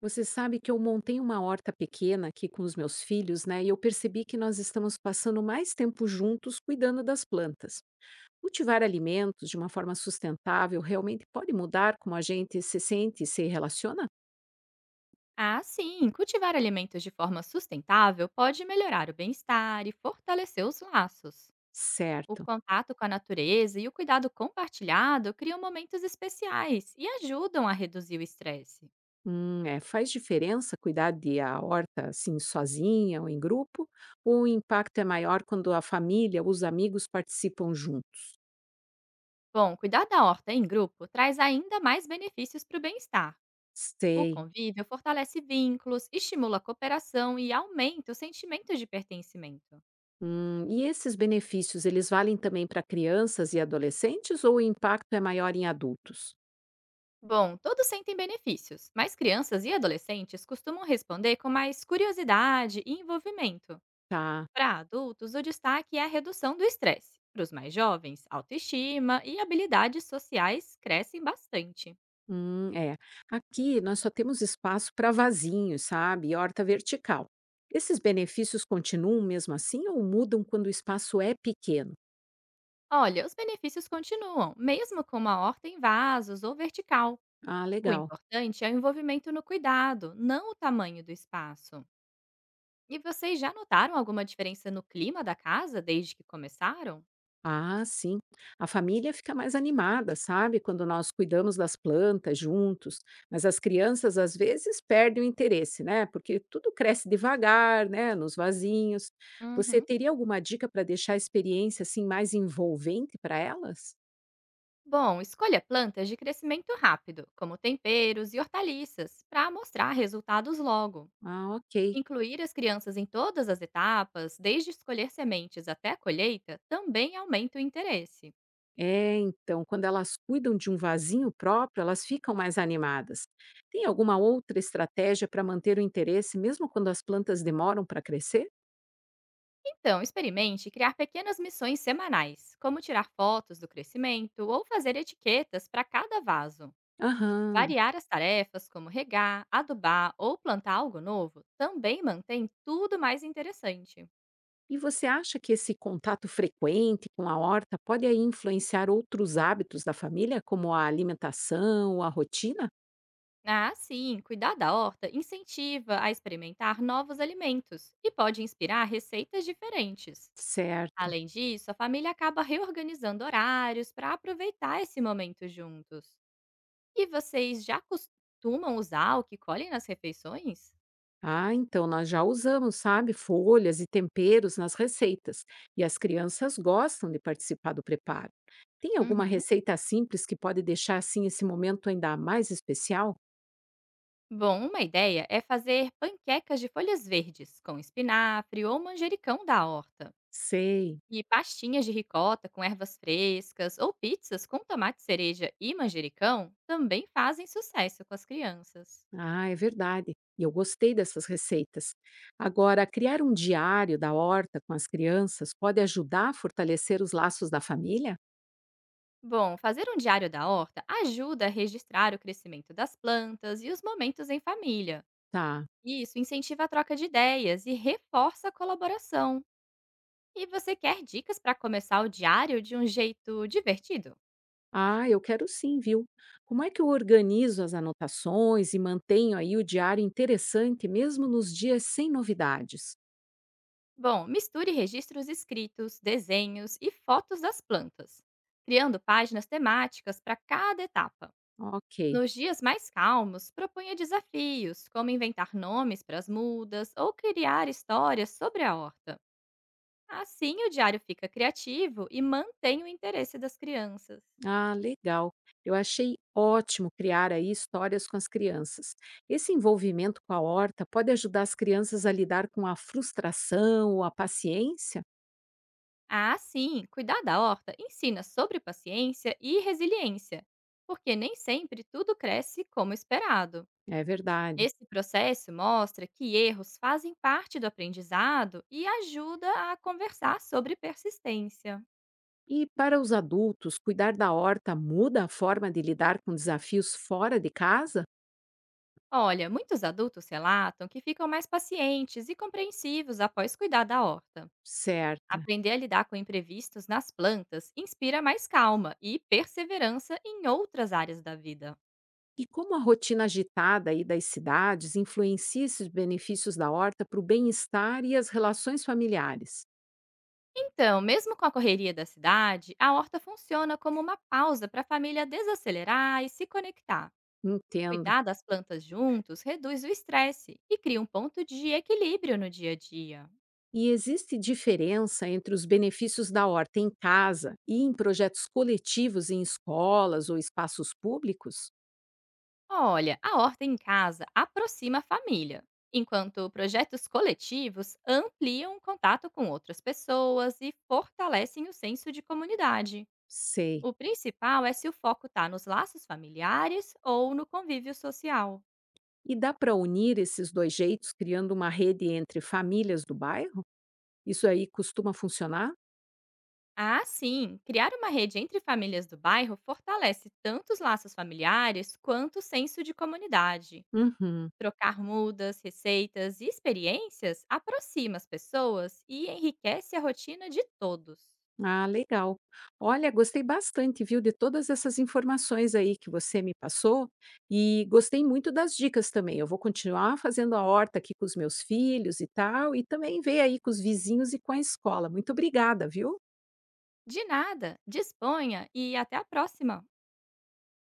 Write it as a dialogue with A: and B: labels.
A: Você sabe que eu montei uma horta pequena aqui com os meus filhos, né? E eu percebi que nós estamos passando mais tempo juntos cuidando das plantas. Cultivar alimentos de uma forma sustentável realmente pode mudar como a gente se sente e se relaciona?
B: Ah, sim! Cultivar alimentos de forma sustentável pode melhorar o bem-estar e fortalecer os laços. O
A: Certo.
B: contato com a natureza e o cuidado compartilhado criam momentos especiais e ajudam a reduzir o estresse.
A: Faz diferença cuidar de a horta assim sozinha ou em grupo? Ou o impacto é maior quando a família, os amigos participam juntos?
B: Bom, cuidar da horta em grupo traz ainda mais benefícios para o bem-estar. O
A: Sei.
B: convívio fortalece vínculos, estimula a cooperação e aumenta o sentimento de pertencimento.
A: E esses benefícios, eles valem também para crianças e adolescentes ou o impacto é maior em adultos?
B: Bom, todos sentem benefícios, mas crianças e adolescentes costumam responder com mais curiosidade e envolvimento.
A: Tá.
B: Para adultos, o destaque é a redução do estresse. Para os mais jovens, autoestima e habilidades sociais crescem bastante.
A: É. Aqui nós só temos espaço para vasinhos, sabe? E horta vertical. Esses benefícios continuam mesmo assim ou mudam quando o espaço é pequeno?
B: Olha, os benefícios continuam, mesmo com uma horta em vasos ou vertical.
A: Ah,
B: O
A: legal.
B: importante é o envolvimento no cuidado, não o tamanho do espaço. E vocês já notaram alguma diferença no clima da casa desde que começaram?
A: Ah, sim. A família fica mais animada, sabe? Quando nós cuidamos das plantas juntos. Mas as crianças, às vezes, perdem o interesse, né? Porque tudo cresce devagar, né? Nos vasinhos. Você
B: Uhum.
A: teria alguma dica para deixar a experiência assim mais envolvente para elas?
B: Bom, escolha plantas de crescimento rápido, como temperos e hortaliças, para mostrar resultados logo.
A: Ah, ok.
B: Incluir as crianças em todas as etapas, desde escolher sementes até a colheita, também aumenta o interesse.
A: É, então, quando elas cuidam de um vasinho próprio, elas ficam mais animadas. Tem alguma outra estratégia para manter o interesse, mesmo quando as plantas demoram para crescer?
B: Então, experimente criar pequenas missões semanais, como tirar fotos do crescimento ou fazer etiquetas para cada vaso.
A: Aham.
B: Variar as tarefas, como regar, adubar ou plantar algo novo, também mantém tudo mais interessante.
A: E você acha que esse contato frequente com a horta pode aí influenciar outros hábitos da família, como a alimentação, a rotina?
B: Ah, sim, cuidar da horta incentiva a experimentar novos alimentos e pode inspirar receitas diferentes.
A: Certo.
B: Além disso, a família acaba reorganizando horários para aproveitar esse momento juntos. E vocês já costumam usar o que colhem nas refeições?
A: Ah, então nós já usamos, sabe, folhas e temperos nas receitas, e as crianças gostam de participar do preparo. Tem alguma
B: Uhum.
A: receita simples que pode deixar assim esse momento ainda mais especial?
B: Bom, uma ideia é fazer panquecas de folhas verdes com espinafre ou manjericão da horta.
A: Sei.
B: E pastinhas de ricota com ervas frescas ou pizzas com tomate cereja e manjericão também fazem sucesso com as crianças.
A: Ah, é verdade. E eu gostei dessas receitas. Agora, criar um diário da horta com as crianças pode ajudar a fortalecer os laços da família?
B: Bom, fazer um diário da horta ajuda a registrar o crescimento das plantas e os momentos em família.
A: Tá.
B: Isso incentiva a troca de ideias e reforça a colaboração. E você quer dicas para começar o diário de um jeito divertido?
A: Ah, eu quero sim, viu? Como é que eu organizo as anotações e mantenho aí o diário interessante mesmo nos dias sem novidades?
B: Bom, misture registros escritos, desenhos e fotos das plantas, criando páginas temáticas para cada etapa.
A: Ok.
B: Nos dias mais calmos, proponha desafios, como inventar nomes para as mudas ou criar histórias sobre a horta. Assim, o diário fica criativo e mantém o interesse das crianças.
A: Ah, legal. Eu achei ótimo criar aí histórias com as crianças. Esse envolvimento com a horta pode ajudar as crianças a lidar com a frustração ou a paciência?
B: Ah, sim, cuidar da horta ensina sobre paciência e resiliência, porque nem sempre tudo cresce como esperado.
A: É verdade.
B: Esse processo mostra que erros fazem parte do aprendizado e ajuda a conversar sobre persistência.
A: E para os adultos, cuidar da horta muda a forma de lidar com desafios fora de casa?
B: Olha, muitos adultos relatam que ficam mais pacientes e compreensivos após cuidar da horta.
A: Certa.
B: Aprender a lidar com imprevistos nas plantas inspira mais calma e perseverança em outras áreas da vida.
A: E como a rotina agitada aí das cidades influencia esses benefícios da horta para o bem-estar e as relações familiares?
B: Então, mesmo com a correria da cidade, a horta funciona como uma pausa para a família desacelerar e se conectar.
A: Entendo.
B: Cuidar das plantas juntos reduz o estresse e cria um ponto de equilíbrio no dia a dia.
A: E existe diferença entre os benefícios da horta em casa e em projetos coletivos em escolas ou espaços públicos?
B: Olha, a horta em casa aproxima a família, enquanto projetos coletivos ampliam o contato com outras pessoas e fortalecem o senso de comunidade.
A: Sei.
B: O principal é se o foco está nos laços familiares ou no convívio social.
A: E dá para unir esses dois jeitos criando uma rede entre famílias do bairro? Isso aí costuma funcionar?
B: Ah, sim! Criar uma rede entre famílias do bairro fortalece tanto os laços familiares quanto o senso de comunidade.
A: Uhum.
B: Trocar mudas, receitas e experiências aproxima as pessoas e enriquece a rotina de todos.
A: Ah, legal. Olha, gostei bastante, viu, de todas essas informações aí que você me passou e gostei muito das dicas também. Eu vou continuar fazendo a horta aqui com os meus filhos e tal, e também ver aí com os vizinhos e com a escola. Muito obrigada, viu?
B: De nada, disponha e até a próxima!